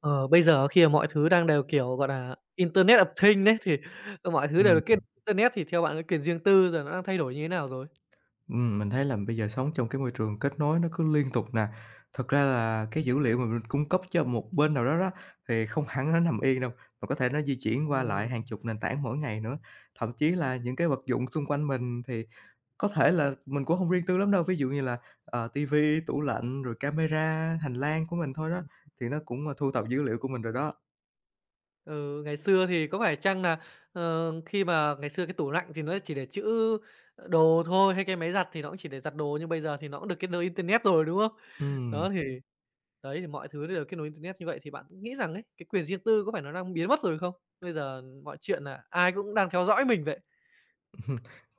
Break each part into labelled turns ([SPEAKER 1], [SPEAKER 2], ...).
[SPEAKER 1] Ờ, Bây giờ khi mà mọi thứ đang đều, kiểu, gọi là Internet of Things đấy, thì mọi thứ đều
[SPEAKER 2] Ừm,
[SPEAKER 1] được kết Internet thì theo bạn cái quyền riêng tư giờ nó đang thay đổi như thế nào rồi?
[SPEAKER 2] mình thấy là bây giờ sống trong cái môi trường kết nối nó cứ liên tục nè. Thật ra là cái dữ liệu mà mình cung cấp cho một bên nào đó đó, thì không hẳn nó nằm yên đâu, mà có thể nó di chuyển qua lại hàng
[SPEAKER 1] Ừm.
[SPEAKER 2] chục nền tảng mỗi ngày nữa. Thậm chí là những cái vật dụng xung quanh mình thì có thể là mình cũng không riêng tư lắm đâu, ví dụ như là, ờ, ti tủ lạnh, rồi camera hành lang của mình thôi đó, thì nó cũng, thu thập dữ liệu của mình rồi đó.
[SPEAKER 1] Ừ, ngày xưa thì có phải chăng là khi mà ngày xưa cái tủ lạnh thì nó chỉ để trữ đồ thôi, hay cái máy giặt thì nó cũng chỉ để giặt đồ, nhưng bây giờ thì nó cũng được kết nối Internet rồi, đúng không?
[SPEAKER 2] Ừm.
[SPEAKER 1] Đó, thì đấy, thì mọi thứ đều kết nối Internet như vậy thì bạn nghĩ rằng ấy, cái quyền riêng tư có phải nó đang biến mất rồi không? Bây giờ mọi chuyện là ai cũng đang theo dõi mình vậy.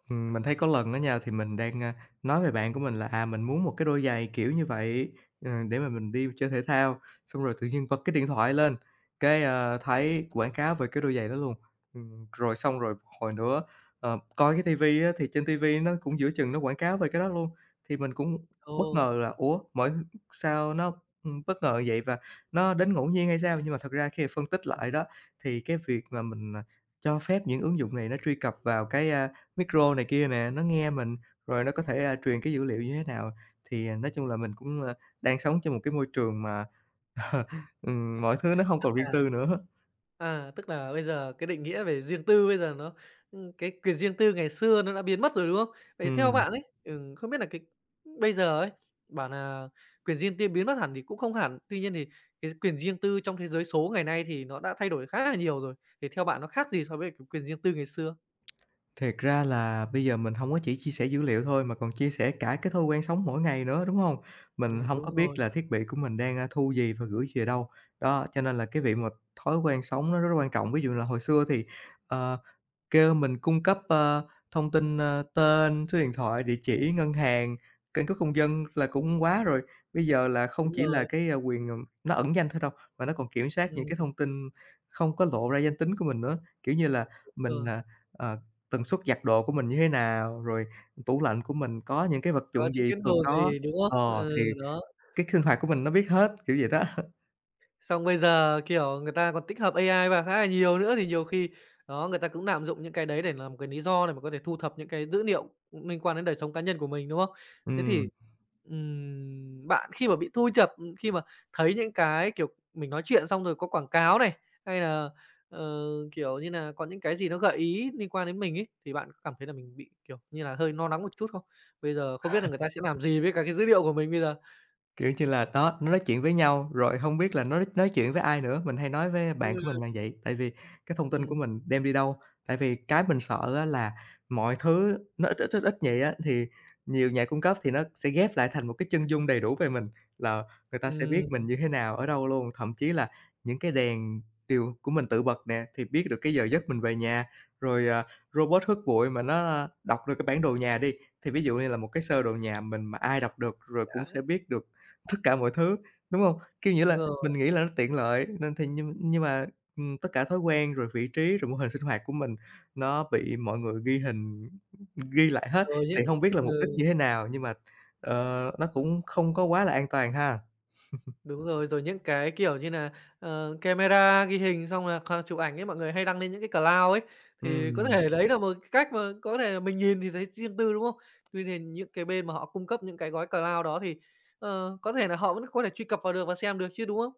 [SPEAKER 2] Mình thấy có lần đó nha, thì mình đang, nói về bạn của mình là, mình muốn một cái đôi giày kiểu như vậy, để mà mình đi chơi thể thao, xong rồi tự nhiên bật cái điện thoại lên, cái, thấy quảng cáo về cái đôi giày đó luôn. Rồi xong rồi một hồi nữa, coi cái ti á, thì trên ti nó cũng giữa chừng nó quảng cáo về cái đó luôn, thì mình cũng bất
[SPEAKER 1] Ồ.
[SPEAKER 2] ngờ là "Ủa, sao nó, bất ngờ vậy?" Và nó đến ngẫu nhiên hay sao? Nhưng mà thật ra khi phân tích lại đó, thì cái việc mà mình, cho phép những ứng dụng này nó truy cập vào cái, Micro này kia nè, nó nghe mình, rồi nó có thể, truyền cái dữ liệu như thế nào. Thì, nói chung là mình cũng, đang sống trong một cái môi trường mà, ờ, mọi thứ nó hông
[SPEAKER 1] tức
[SPEAKER 2] còn riêng
[SPEAKER 1] là
[SPEAKER 2] tư nữa.
[SPEAKER 1] À, tức là bây giờ cái định nghĩa về riêng tư bây giờ nó cái quyền riêng tư ngày xưa nó đã biến mất rồi, đúng không? Vậy theo
[SPEAKER 2] Ừm,
[SPEAKER 1] bạn ấy, không biết là cái bây giờ ấy, bảo là quyền riêng tư biến mất hẳn thì cũng không hẳn, tuy nhiên thì cái quyền riêng tư trong thế giới số ngày nay thì nó đã thay đổi khá là nhiều rồi, thì theo bạn nó khác gì so với cái quyền riêng tư ngày xưa?
[SPEAKER 2] Thiệt ra là bây giờ mình hông có chỉ chia sẻ dữ liệu thôi mà còn chia sẻ cả cái thói quen sống mỗi ngày nữa, đúng hông? Mình
[SPEAKER 1] Đúng.
[SPEAKER 2] hông có
[SPEAKER 1] Đúng
[SPEAKER 2] biết
[SPEAKER 1] rồi,
[SPEAKER 2] là thiết bị của mình đang, thu gì và gửi về đâu. Đó, cho nên là cái việc mà thói quen sống nó rất là quan trọng. Ví dụ là hồi xưa thì, ờ Kêu mình cung cấp, thông tin, tên, số điện thoại, địa chỉ, ngân hàng, căn cước công dân là cũng quá rồi. Bây giờ là không
[SPEAKER 1] đúng
[SPEAKER 2] chỉ là
[SPEAKER 1] rồi,
[SPEAKER 2] cái, quyền, nó ẩn danh thôi đâu, mà nó còn kiểm soát những
[SPEAKER 1] ừm,
[SPEAKER 2] cái thông tin không có lộ ra danh tính của mình nữa. Kiểu như là
[SPEAKER 1] đúng
[SPEAKER 2] mình,
[SPEAKER 1] rồi,
[SPEAKER 2] ờ, tần suất giặt đồ của mình như thế nào, rồi tủ lạnh của mình có những cái vật dụng
[SPEAKER 1] có những
[SPEAKER 2] gì
[SPEAKER 1] cái
[SPEAKER 2] thường
[SPEAKER 1] đồ
[SPEAKER 2] có.
[SPEAKER 1] gì, đúng
[SPEAKER 2] Ờ,
[SPEAKER 1] không? Ừ,
[SPEAKER 2] thì
[SPEAKER 1] đó.
[SPEAKER 2] cái sinh hoạt của mình nó biết hết, kiểu vậy đó.
[SPEAKER 1] Xong bây giờ, kiểu, người ta còn tích hợp AI vào khá là nhiều nữa, thì nhiều khi, đó, người ta cũng lạm dụng những cái đấy để làm cái lý do để mà có thể thu thập những cái dữ liệu liên quan đến đời sống cá nhân của mình, đúng không? Thế thì,
[SPEAKER 2] Ừm.
[SPEAKER 1] bạn khi mà bị thu chập, khi mà thấy những cái, kiểu, mình nói chuyện xong rồi có quảng cáo này, hay là, ờ, kiểu như là có những cái gì nó gợi ý liên quan đến mình ấy, thì bạn có cảm thấy là mình bị, kiểu như là, hơi lo lắng một chút không? Bây giờ không biết là người ta sẽ làm gì với cả cái dữ liệu của mình bây giờ?
[SPEAKER 2] Kiểu như là, đó, nó nói chuyện với nhau, rồi hông biết là nó nói chuyện với ai nữa, mình hay nói với bạn của mình
[SPEAKER 1] Ừm.
[SPEAKER 2] là vậy. Tại vì cái thông tin
[SPEAKER 1] Ừm,
[SPEAKER 2] của mình đem đi đâu? Tại vì cái mình sợ á là mọi thứ nó ít, ít, ít, ít vậy á, thì nhiều nhà cung cấp thì nó sẽ ghép lại thành một cái chân dung đầy đủ về mình, là người ta sẽ
[SPEAKER 1] ừm,
[SPEAKER 2] biết mình như thế nào, ở đâu luôn. Thậm chí là những cái đèn điều của mình tự bật nè, thì biết được cái giờ giấc mình về nhà. Rồi, robot hút bụi mà nó đọc được cái bản đồ nhà đi, thì ví dụ như là một cái sơ đồ nhà mình mà ai đọc được rồi cũng sẽ biết được tất cả mọi thứ, đúng hông? Kiểu, nghĩa
[SPEAKER 1] đúng
[SPEAKER 2] là mình
[SPEAKER 1] rồi.
[SPEAKER 2] nghĩ là nó tiện lợi nên thì nhưng mà, tất cả thói quen, rồi vị trí, rồi mô hình sinh hoạt của mình nó bị mọi người ghi hình, ghi lại hết,
[SPEAKER 1] Rồi
[SPEAKER 2] thì
[SPEAKER 1] những
[SPEAKER 2] hông biết là mục đích
[SPEAKER 1] Ừ,
[SPEAKER 2] như thế nào nhưng mà, nó cũng không có quá là an toàn ha.
[SPEAKER 1] đúng rồi, rồi những cái, kiểu như là camera ghi hình xong là chụp ảnh ấy, mọi người hay đăng lên những cái cloud ấy, thì có
[SPEAKER 2] Ừm.
[SPEAKER 1] thể đấy là một cái cách mà có thể là mình nhìn thì thấy riêng tư, đúng không? Tuy nhiên những cái bên mà họ cung cấp những cái gói cloud đó thì, có thể là họ vẫn có thể truy cập vào được và xem được chứ, đúng không?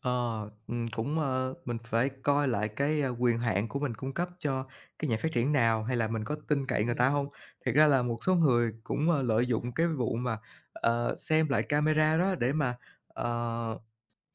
[SPEAKER 2] Ờ, Cũng, mình phải coi lại cái, quyền hạn của mình cung cấp cho cái nhà phát triển nào, hay là mình có tin cậy người ta
[SPEAKER 1] Ừm,
[SPEAKER 2] không. Thiệt ra là một số người cũng, lợi dụng cái vụ mà, xem lại camera đó để mà, ờ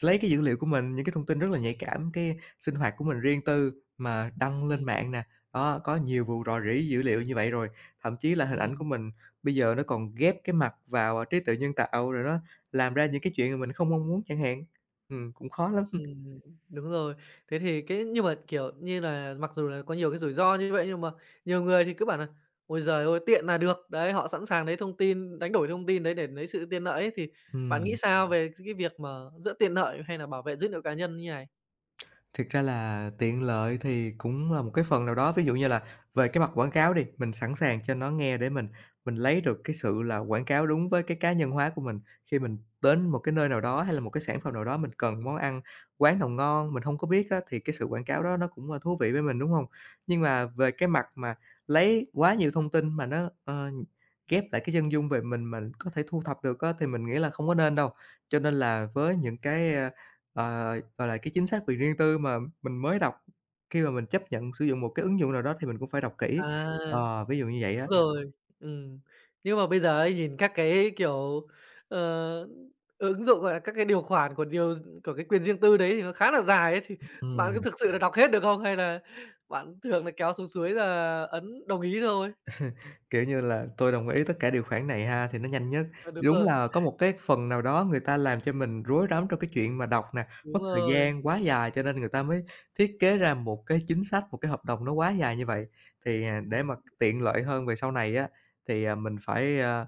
[SPEAKER 2] Lấy cái dữ liệu của mình, những cái thông tin rất là nhạy cảm, cái sinh hoạt của mình riêng tư mà đăng
[SPEAKER 1] ừm,
[SPEAKER 2] lên mạng nè. Đó, có nhiều vụ rò rỉ dữ liệu như vậy rồi, thậm chí là hình ảnh của
[SPEAKER 1] ừm.
[SPEAKER 2] mình bây giờ nó còn ghép cái mặt vào, trí tuệ nhân tạo, rồi nó làm ra những cái chuyện mà mình không mong muốn chẳng hạn. Cũng khó lắm.
[SPEAKER 1] Ừm, đúng rồi. Thế thì cái nhưng mà, kiểu như là, mặc dù là có nhiều cái rủi ro như vậy nhưng mà nhiều người thì cứ bảo là "Ôi giời ơi, tiện là được." Đấy, họ sẵn sàng lấy thông tin đánh đổi thông tin đấy để lấy sự tiện lợi ấy, thì bạn nghĩ
[SPEAKER 2] Ừm.
[SPEAKER 1] sao về cái việc mà giữa tiện lợi hay là bảo vệ dữ liệu cá nhân như này?
[SPEAKER 2] Thực ra là tiện lợi thì cũng là một cái phần nào đó, ví dụ như là về cái mặt quảng cáo đi, mình sẵn sàng cho nó nghe để mình lấy được cái sự là quảng cáo đúng với cái cá nhân hóa của mình. Khi mình đến một cái nơi nào đó hay là một cái sản phẩm nào đó, mình cần món ăn quán nào ngon mình không có biết á, thì cái sự quảng cáo đó nó cũng, là thú vị với mình, đúng không? Nhưng mà về cái mặt mà lấy quá nhiều thông tin mà nó, ghép lại cái chân dung về mình có thể thu thập được á, thì mình nghĩ là không có nên đâu. Cho nên là với những cái, Ờ, gọi là, cái chính sách quyền riêng tư mà mình mới đọc khi mà mình chấp nhận sử dụng một cái ứng dụng nào đó thì mình cũng phải đọc kỹ.
[SPEAKER 1] À.
[SPEAKER 2] Ví dụ như vậy
[SPEAKER 1] Đúng
[SPEAKER 2] á.
[SPEAKER 1] rồi, ừm. Nhưng mà bây giờ ấy, nhìn các cái, kiểu, ờ, ứng dụng, gọi là, các cái điều khoản của cái quyền riêng tư đấy thì nó khá là dài ấy, thì bạn có
[SPEAKER 2] Ừm,
[SPEAKER 1] thực sự là đọc hết được không? Hay là bạn thường là kéo xuống suối là ấn đồng ý thôi?
[SPEAKER 2] Kiểu như là, tôi đồng ý tất cả điều khoản này ha, thì nó nhanh nhất.
[SPEAKER 1] Ờ, đúng
[SPEAKER 2] Đúng
[SPEAKER 1] rồi,
[SPEAKER 2] là có một cái phần nào đó người ta làm cho mình rối rắm trong cái chuyện mà đọc nè, mất
[SPEAKER 1] đúng
[SPEAKER 2] thời
[SPEAKER 1] rồi.
[SPEAKER 2] gian quá dài cho nên người ta mới thiết kế ra một cái chính sách, một cái hợp đồng nó quá dài như vậy. Thì, để mà
[SPEAKER 1] Ừm,
[SPEAKER 2] tiện lợi hơn về sau này á, thì, mình phải, à,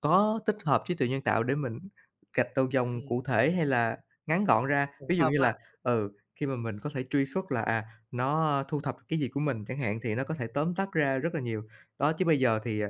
[SPEAKER 2] Có tích hợp trí tuệ nhân tạo để mình gạch đầu dòng
[SPEAKER 1] ừm,
[SPEAKER 2] cụ thể hay là ngắn gọn ra.
[SPEAKER 1] tổng
[SPEAKER 2] Ví dụ
[SPEAKER 1] hợp
[SPEAKER 2] như là,
[SPEAKER 1] lại,
[SPEAKER 2] ừ, khi mà mình có thể truy xuất là, nó thu thập cái gì của mình chẳng hạn, thì nó có thể tóm tắt ra rất là nhiều. Đó, chứ bây giờ thì,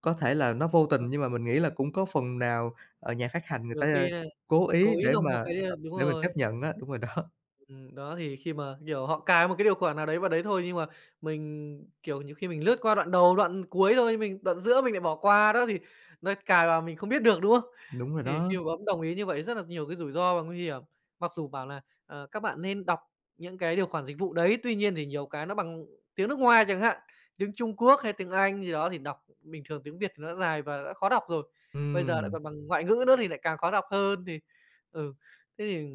[SPEAKER 2] có thể là nó vô
[SPEAKER 1] đúng
[SPEAKER 2] tình
[SPEAKER 1] không?
[SPEAKER 2] nhưng mà mình nghĩ là cũng có phần nào, ở nhà phát hành người
[SPEAKER 1] Nhiều
[SPEAKER 2] ta,
[SPEAKER 1] khi là
[SPEAKER 2] cố ý
[SPEAKER 1] cố ý
[SPEAKER 2] để
[SPEAKER 1] nộp
[SPEAKER 2] mà,
[SPEAKER 1] một cái, đúng
[SPEAKER 2] để mình chấp
[SPEAKER 1] rồi.
[SPEAKER 2] nhận á. Đúng rồi đó,
[SPEAKER 1] Đó, thì khi mà, kiểu, họ cài một cái điều khoản nào đấy vào đấy thôi, nhưng mà mình, kiểu, nhiều khi mình lướt qua đoạn đầu, đoạn cuối thôi, mình đoạn giữa mình lại bỏ qua đó, thì nó cài vào mình không biết được, đúng không?
[SPEAKER 2] đúng rồi
[SPEAKER 1] Thì
[SPEAKER 2] đó.
[SPEAKER 1] khi mà bấm đồng ý như vậy rất là nhiều cái rủi ro và nguy hiểm. Mặc dù bảo là, các bạn nên đọc những cái điều khoản dịch vụ đấy, tuy nhiên thì nhiều cái nó bằng tiếng nước ngoài chẳng hạn, tiếng Trung Quốc hay tiếng Anh gì đó thì đọc bình thường tiếng Việt thì nó đã dài và đã khó đọc rồi, bây giờ lại
[SPEAKER 2] Ừm.
[SPEAKER 1] còn bằng ngoại ngữ nữa thì lại càng khó đọc hơn thì ừ, thế thì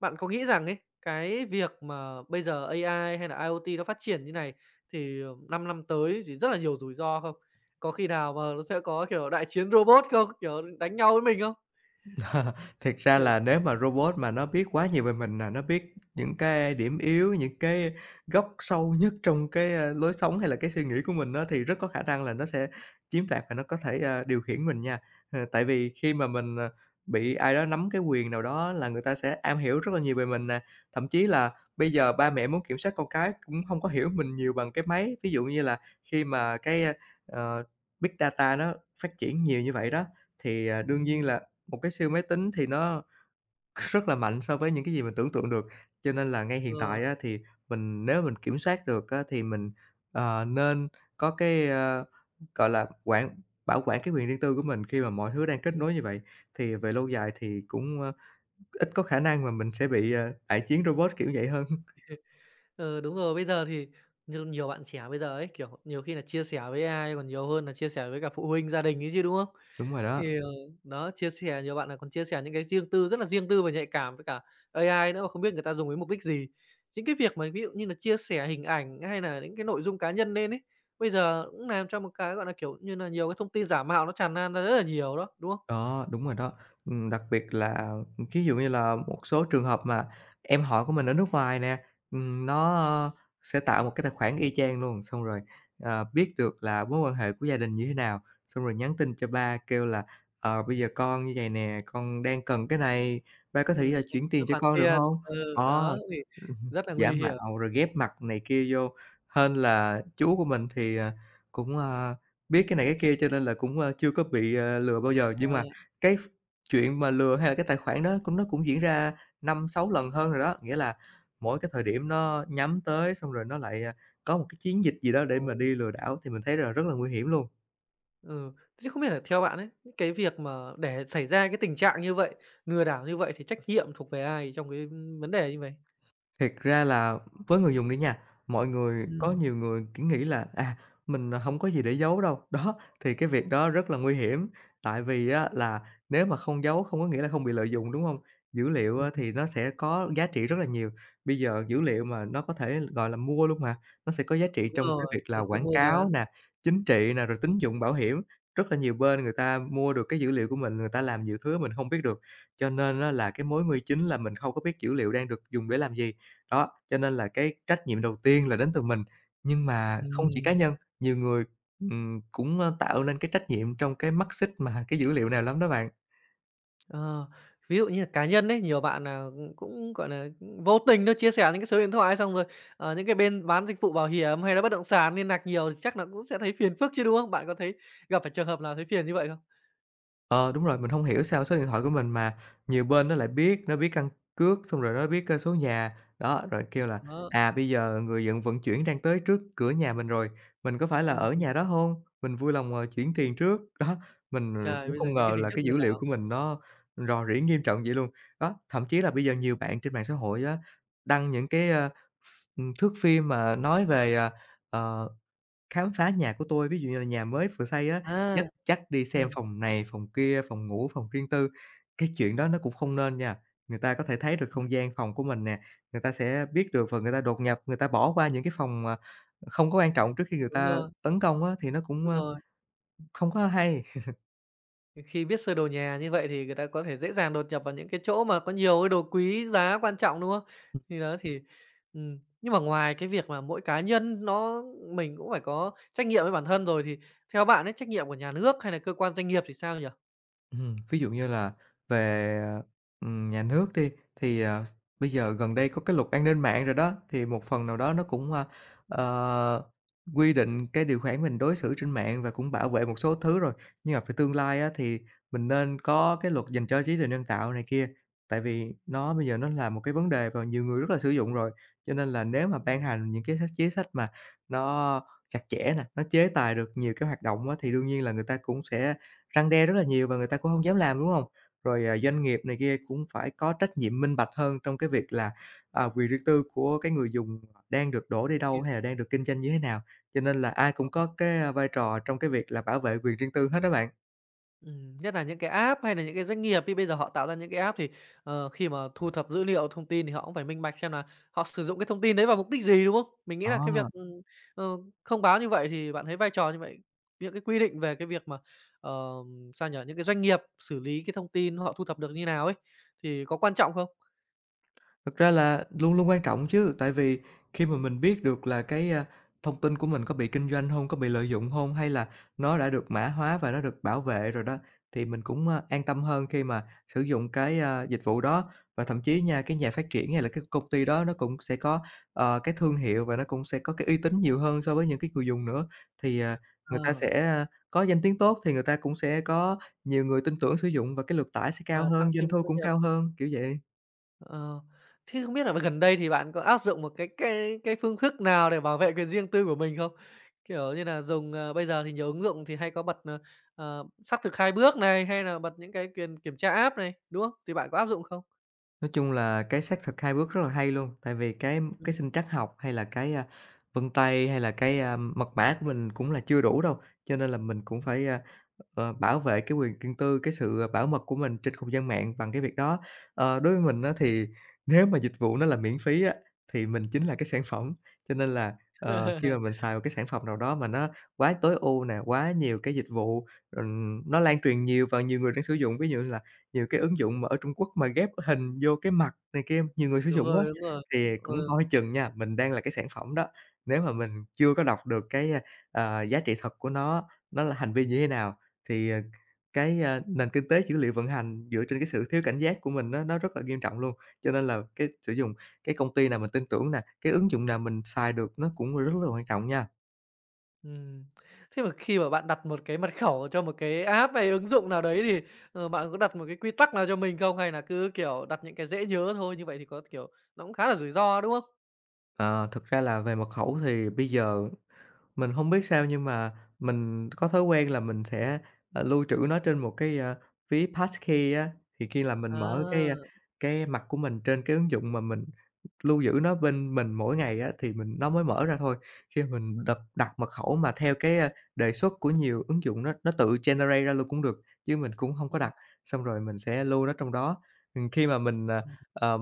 [SPEAKER 1] bạn có nghĩ rằng ấy, cái việc mà bây giờ AI hay là IoT nó phát triển như này thì, 5 năm năm tới thì rất là nhiều rủi ro không? Có khi nào mà nó sẽ có, kiểu, đại chiến robot không? Kiểu, đánh nhau với mình không?
[SPEAKER 2] Thiệt ra là
[SPEAKER 1] Ừ,
[SPEAKER 2] nếu mà robot mà nó biết quá nhiều về mình nè, nó biết những cái điểm yếu, những cái góc sâu nhất trong cái, lối sống hay là cái suy nghĩ của mình á, thì rất có khả năng là nó sẽ chiếm đoạt và nó có thể, điều khiển mình nha. Tại vì khi mà mình, bị ai đó nắm cái quyền nào đó là người ta sẽ am hiểu rất là nhiều về mình nè. Thậm chí là bây giờ ba mẹ muốn kiểm soát con cái cũng không có hiểu mình nhiều bằng cái máy. Ví dụ như là khi mà cái, ờ, Big Data nó phát triển nhiều như vậy đó, thì, đương nhiên
[SPEAKER 1] Ừm,
[SPEAKER 2] là một cái siêu máy tính thì nó rất là mạnh so với những cái gì mình tưởng tượng được, cho nên là ngay hiện
[SPEAKER 1] rồi,
[SPEAKER 2] tại á, thì mình nếu mình kiểm soát được á, thì mình, nên có cái, gọi là, bảo quản cái quyền riêng tư của mình khi mà mọi thứ đang kết
[SPEAKER 1] ừm.
[SPEAKER 2] nối như vậy. Thì về lâu dài thì cũng, ít có khả năng mà mình sẽ bị, đại chiến robot, kiểu vậy hơn.
[SPEAKER 1] Ừ, đúng rồi, bây giờ thì nhiều nhiều bạn trẻ bây giờ ấy, kiểu, nhiều khi là chia sẻ với AI còn nhiều hơn là chia sẻ với cả phụ huynh, gia đình ấy chứ, đúng không?
[SPEAKER 2] Đúng rồi đó.
[SPEAKER 1] Thì, đó, chia sẻ nhiều bạn nà còn chia sẻ những cái riêng tư rất là riêng tư và nhạy cảm với cả AI nữa mà không biết người ta dùng với mục đích gì. Chính cái việc mà ví dụ như là chia sẻ hình ảnh hay nà những cái nội dung cá nhân lên ấy, bây giờ cũng làm cho một cái, gọi là, kiểu như nà, nhiều cái thông tin giả mạo nó tràn lan ra rất là nhiều đó, đúng không?
[SPEAKER 2] Đó, đúng rồi đó. Đặc biệt là, ví dụ như là một số trường hợp mà em họ của mình ở nước ngoài nè, nó, sẽ tạo một cái tài khoản y chang luôn, xong rồi, biết được là mối quan hệ của gia đình như thế nào, xong rồi nhắn tin cho ba kêu là "Ờ, bây giờ con như vậy nè, con đang cần cái này, ba có thể là
[SPEAKER 1] Tài
[SPEAKER 2] chuyển tiền
[SPEAKER 1] tài
[SPEAKER 2] cho
[SPEAKER 1] khoản
[SPEAKER 2] con được
[SPEAKER 1] tiền,
[SPEAKER 2] không?"
[SPEAKER 1] ừ,
[SPEAKER 2] Đó,
[SPEAKER 1] đó, thì
[SPEAKER 2] ừm,
[SPEAKER 1] rất là
[SPEAKER 2] giả
[SPEAKER 1] nguy hiểm.
[SPEAKER 2] mạo rồi ghép mặt này kia vô. Hên là chú của mình thì, cũng, biết cái này cái kia cho nên là cũng, chưa có bị, lừa bao giờ, nhưng mà cái ph chuyện mà lừa hay là cái tài khoản đó cũng nó cũng diễn ra 5 6 lần hơn rồi đó. Nghĩa là
[SPEAKER 1] Ờ.
[SPEAKER 2] mỗi cái thời điểm nó nhắm tới xong rồi nó lại, có một cái chiến dịch gì đó để mà
[SPEAKER 1] Ồ,
[SPEAKER 2] đi lừa đảo thì mình thấy là rất là nguy hiểm luôn.
[SPEAKER 1] ừ. Thế không biết là theo bạn ấy, những cái việc mà để xảy ra cái tình trạng như vậy, lừa đảo như vậy thì trách nhiệm thuộc về ai trong cái, vấn đề như vậy.
[SPEAKER 2] Thiệt ra là với người dùng đi nha, mọi người có
[SPEAKER 1] Ừm,
[SPEAKER 2] nhiều người, kiểu, nghĩ là, mình không có gì để giấu đâu. Đó, thì cái việc đó rất là nguy hiểm, tại vì á là nếu mà không giấu không có nghĩa là không bị lợi dụng, đúng không? Dữ liệu á
[SPEAKER 1] ừm,
[SPEAKER 2] thì nó sẽ có giá trị rất là nhiều, bây giờ dữ liệu mà nó có thể, gọi là, mua luôn mà, nó sẽ có giá trị
[SPEAKER 1] Đúng
[SPEAKER 2] trong cái
[SPEAKER 1] rồi,
[SPEAKER 2] việc là
[SPEAKER 1] có sự
[SPEAKER 2] quảng
[SPEAKER 1] mua
[SPEAKER 2] cáo
[SPEAKER 1] bán.
[SPEAKER 2] nè, chính trị nè, rồi tín dụng, bảo hiểm, rất là nhiều bên người ta mua được cái dữ liệu của mình, người ta làm nhiều thứ mình không biết được. Cho nên á là cái mối nguy chính là mình không có biết dữ liệu đang được dùng để làm gì. Đó, cho nên là cái trách nhiệm đầu tiên là đến từ mình, nhưng mà không chỉ cá
[SPEAKER 1] Ừm,
[SPEAKER 2] nhân, nhiều người, cũng, tạo nên cái trách nhiệm trong cái mắt xích mà cái dữ liệu nào lắm đó bạn.
[SPEAKER 1] ờ, ví dụ như là cá nhân đấy nhiều bạn nà, cũng, gọi là vô tình nó chia sẻ những cái số điện thoại xong rồi, những cái bên bán dịch vụ bảo hiểm hay là bất động sản liên lạc nhiều thì chắc là cũng sẽ thấy phiền phức chứ, đúng không? Bạn có thấy gặp phải trường hợp nào thấy phiền như vậy không?
[SPEAKER 2] Ờ, đúng rồi, mình hông hiểu sao số điện thoại của mình mà nhiều bên nó lại biết, nó biết căn cước, xong rồi nó biết, số nhà. Đó, rồi kêu là,
[SPEAKER 1] Đó,
[SPEAKER 2] bây giờ người nhận vận chuyển đang tới trước cửa nhà mình rồi, mình có phải là ở
[SPEAKER 1] ừm,
[SPEAKER 2] nhà đó hông? Mình vui lòng, chuyển tiền trước. Đó, mình
[SPEAKER 1] trời,
[SPEAKER 2] cũng
[SPEAKER 1] bây giờ
[SPEAKER 2] không
[SPEAKER 1] những cái
[SPEAKER 2] ngờ
[SPEAKER 1] hình
[SPEAKER 2] là
[SPEAKER 1] thức
[SPEAKER 2] cái
[SPEAKER 1] lừa
[SPEAKER 2] dữ liệu
[SPEAKER 1] đảo
[SPEAKER 2] của mình nó rò rỉ nghiêm trọng vậy luôn. Đó, thậm chí là bây giờ nhiều bạn trên mạng xã hội á, đăng những cái, ơ, ph thước phim mà nói về, ờ "Khám phá nhà của tôi", ví dụ như là nhà mới vừa xây á,
[SPEAKER 1] à,
[SPEAKER 2] dắt dắt đi xem
[SPEAKER 1] ừm,
[SPEAKER 2] phòng này, phòng kia, phòng ngủ, phòng riêng tư. Cái chuyện đó nó cũng không nên nha, người ta có thể thấy được không gian phòng của mình nè, người ta sẽ biết được và người ta đột nhập, người ta bỏ qua những cái phòng, không có quan trọng trước khi người
[SPEAKER 1] đúng
[SPEAKER 2] ta
[SPEAKER 1] rồi,
[SPEAKER 2] tấn công á, thì nó cũng,
[SPEAKER 1] đúng rồi.
[SPEAKER 2] không có hay.
[SPEAKER 1] Khi biết sơ đồ nhà như vậy thì người ta có thể dễ dàng đột nhập vào những cái chỗ mà có nhiều cái đồ quý giá quan trọng, đúng không? Thì đó thì nhưng mà ngoài cái việc mà mỗi cá nhân nó mình cũng phải có trách nhiệm với bản thân rồi, thì theo bạn ấy, trách nhiệm của nhà nước hay là cơ quan doanh nghiệp thì sao nhỉ?
[SPEAKER 2] Ví dụ như là về, nhà nước đi, thì, bây giờ gần đây có cái luật an ninh mạng rồi đó, thì một phần nào đó nó cũng, ờ, quy định cái điều khoản mình đối xử trên mạng và cũng bảo vệ một số thứ rồi. Nhưng mà về tương lai á, thì mình nên có cái luật dành cho trí tuệ nhân tạo này kia, tại vì nó bây giờ nó là một cái vấn đề và nhiều người rất là sử dụng rồi. Cho nên là nếu mà ban
[SPEAKER 1] Ừm.
[SPEAKER 2] hành những cái chính sách mà nó chặt chẽ nè, nó chế tài được nhiều cái hoạt động á, thì đương nhiên là người ta cũng sẽ răn đe rất là nhiều và người ta cũng không dám làm, đúng không? Rồi, doanh nghiệp này kia cũng phải có trách nhiệm minh bạch hơn trong cái việc là, quyền riêng tư của cái người dùng đang được đổ đi đâu hay là đang được kinh doanh như thế nào, cho nên là ai cũng có cái, vai trò trong cái việc là bảo vệ quyền riêng tư hết á bạn.
[SPEAKER 1] Nhất là những cái app hay là những cái doanh nghiệp thì bây giờ họ tạo ra những cái app thì, khi mà thu thập dữ liệu, thông tin thì họ cũng phải minh bạch xem là họ sử dụng cái thông tin đấy vào mục đích gì, đúng không? Mình nghĩ là cái việc,
[SPEAKER 2] Đó.
[SPEAKER 1] ờ, thông báo như vậy thì bạn thấy vai trò như vậy, những cái quy định về cái việc mà, sao nhở những cái doanh nghiệp xử lý cái thông tin họ thu thập được như nào ấy, thì có quan trọng không?
[SPEAKER 2] Thực ra là luôn luôn quan trọng chứ, tại vì khi mà
[SPEAKER 1] Ừm,
[SPEAKER 2] mình biết được là cái, thông tin của mình có bị kinh doanh không có bị lợi dụng không hay là nó đã được mã hóa và nó được bảo vệ rồi đó, thì mình cũng, an tâm hơn khi mà sử dụng cái, dịch vụ đó. Và thậm chí nha, cái nhà phát triển hay là cái công ty đó nó cũng sẽ có, cái thương hiệu và nó cũng sẽ có cái uy tín nhiều hơn so với những cái người dùng nữa. Thì, người ta
[SPEAKER 1] ờ,
[SPEAKER 2] sẽ, có danh tiếng tốt thì người ta cũng sẽ có nhiều người tin tưởng sử dụng và cái lượt tải sẽ cao
[SPEAKER 1] và tăng
[SPEAKER 2] hơn, doanh
[SPEAKER 1] thêm
[SPEAKER 2] thu
[SPEAKER 1] thu
[SPEAKER 2] cũng
[SPEAKER 1] nhập.
[SPEAKER 2] cao hơn, kiểu vậy.
[SPEAKER 1] Ờ, Thế không biết là gần đây thì bạn có áp dụng một cái phương thức nào để bảo vệ quyền riêng tư của mình không? Kiểu như là dùng, bây giờ thì nhiều ứng dụng thì hay có bật, xác thực 2 bước này, hay là bật những cái quyền kiểm tra app này, đúng không? Thì bạn có áp dụng không?
[SPEAKER 2] Nói chung là cái xác thực hai bước rất là hay luôn, tại vì cái
[SPEAKER 1] Ừm.
[SPEAKER 2] sinh trắc học hay là cái, vân tay hay là cái, mật mã của mình cũng là chưa đủ đâu, cho nên là mình cũng phải, bảo vệ cái quyền riêng tư, cái sự bảo mật của mình trên không gian mạng bằng cái việc đó. Ờ, đối với mình á thì nếu mà dịch vụ nó là miễn phí á, thì mình chính là cái sản phẩm, cho nên là, khi mà mình xài một cái sản phẩm nào đó mà nó quá tối ưu nè, quá nhiều cái dịch vụ, rồi nó lan truyền nhiều và nhiều người đang sử dụng, ví dụ là nhiều cái ứng dụng mà ở Trung Quốc mà ghép hình vô cái mặt này kia, nhiều người sử
[SPEAKER 1] Đúng
[SPEAKER 2] dụng quá,
[SPEAKER 1] rồi, đúng rồi.
[SPEAKER 2] thì cũng
[SPEAKER 1] Ừ,
[SPEAKER 2] coi chừng nha, mình đang là cái sản phẩm đó. Nếu mà mình chưa có đọc được cái, giá trị thật của nó là hành vi như thế nào thì, cái, nền kinh tế dữ liệu vận hành dựa trên cái sự thiếu cảnh giác của mình á, nó rất là nghiêm trọng luôn. Cho nên là cái sử dụng cái công ty nào mình tin tưởng nè, cái ứng dụng nào mình xài được nó cũng rất là quan trọng nha.
[SPEAKER 1] ừm. Thế mà khi mà bạn đặt một cái mật khẩu cho một cái app hay ứng dụng nào đấy thì, bạn có đặt một cái quy tắc nào cho mình không? Hay là cứ, kiểu, đặt những cái dễ nhớ thôi, như vậy thì có, kiểu, nó cũng khá là rủi ro, đúng không?
[SPEAKER 2] Ờ, thực ra là về mật khẩu thì bây giờ mình không biết sao nhưng mà mình có thói quen là mình sẽ, lưu trữ nó trên một cái, ví passkey á, thì khi là mình mở cái,
[SPEAKER 1] À,
[SPEAKER 2] cái mặt của mình trên cái ứng dụng mà mình lưu giữ nó bên mình mỗi ngày á, thì mình nó mới mở ra thôi. Khi mình đặt mật khẩu mà theo cái, đề xuất của nhiều ứng dụng nó tự generate ra luôn cũng được, chứ mình cũng hông có
[SPEAKER 1] ừm.
[SPEAKER 2] đặt, xong rồi mình sẽ lưu nó trong đó. Khi mà mình, ờ,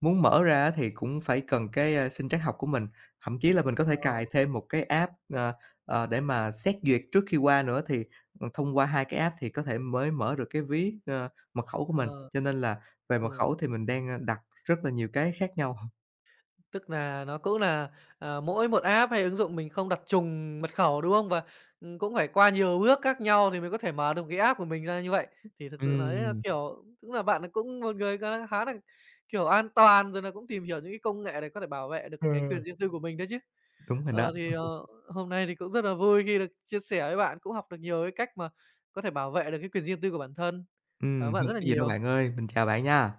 [SPEAKER 2] muốn mở ra á thì cũng phải cần cái, sinh trắc học của mình. Thậm chí là mình có thể
[SPEAKER 1] ờ,
[SPEAKER 2] cài thêm một cái app, để mà xét duyệt trước khi qua nữa thì, thông qua 2 cái app thì có thể mới mở được cái ví, mật khẩu của mình,
[SPEAKER 1] ờ,
[SPEAKER 2] cho nên là về
[SPEAKER 1] ừ,
[SPEAKER 2] mật khẩu thì mình đang, đặt rất là nhiều cái khác nhau.
[SPEAKER 1] tức là nó cũng là mỗi một app hay ứng dụng mình không đặt trùng mật khẩu, đúng không? Và, cũng phải qua nhiều bước khác nhau thì mới có thể mở được cái app của mình ra như vậy. Thì thực sự nói là,
[SPEAKER 2] Ừm.
[SPEAKER 1] kiểu, tức là bạn cũng một người khá khá nà, kiểu, an toàn, rồi là cũng tìm hiểu những cái công nghệ để có thể bảo vệ được cái quyền
[SPEAKER 2] Ừm.
[SPEAKER 1] riêng tư của mình đấy chứ.
[SPEAKER 2] Đúng rồi đó.
[SPEAKER 1] Ờ, thì, ờ, Hôm nay thì cũng rất là vui khi được chia sẻ với bạn, cũng học được nhiều cái cách mà có thể bảo vệ được cái quyền riêng tư của bản thân. Cảm ơn bạn
[SPEAKER 2] Hông
[SPEAKER 1] rất là
[SPEAKER 2] có gì đâu bạn
[SPEAKER 1] nhiều.
[SPEAKER 2] ơi, mình chào bạn nha.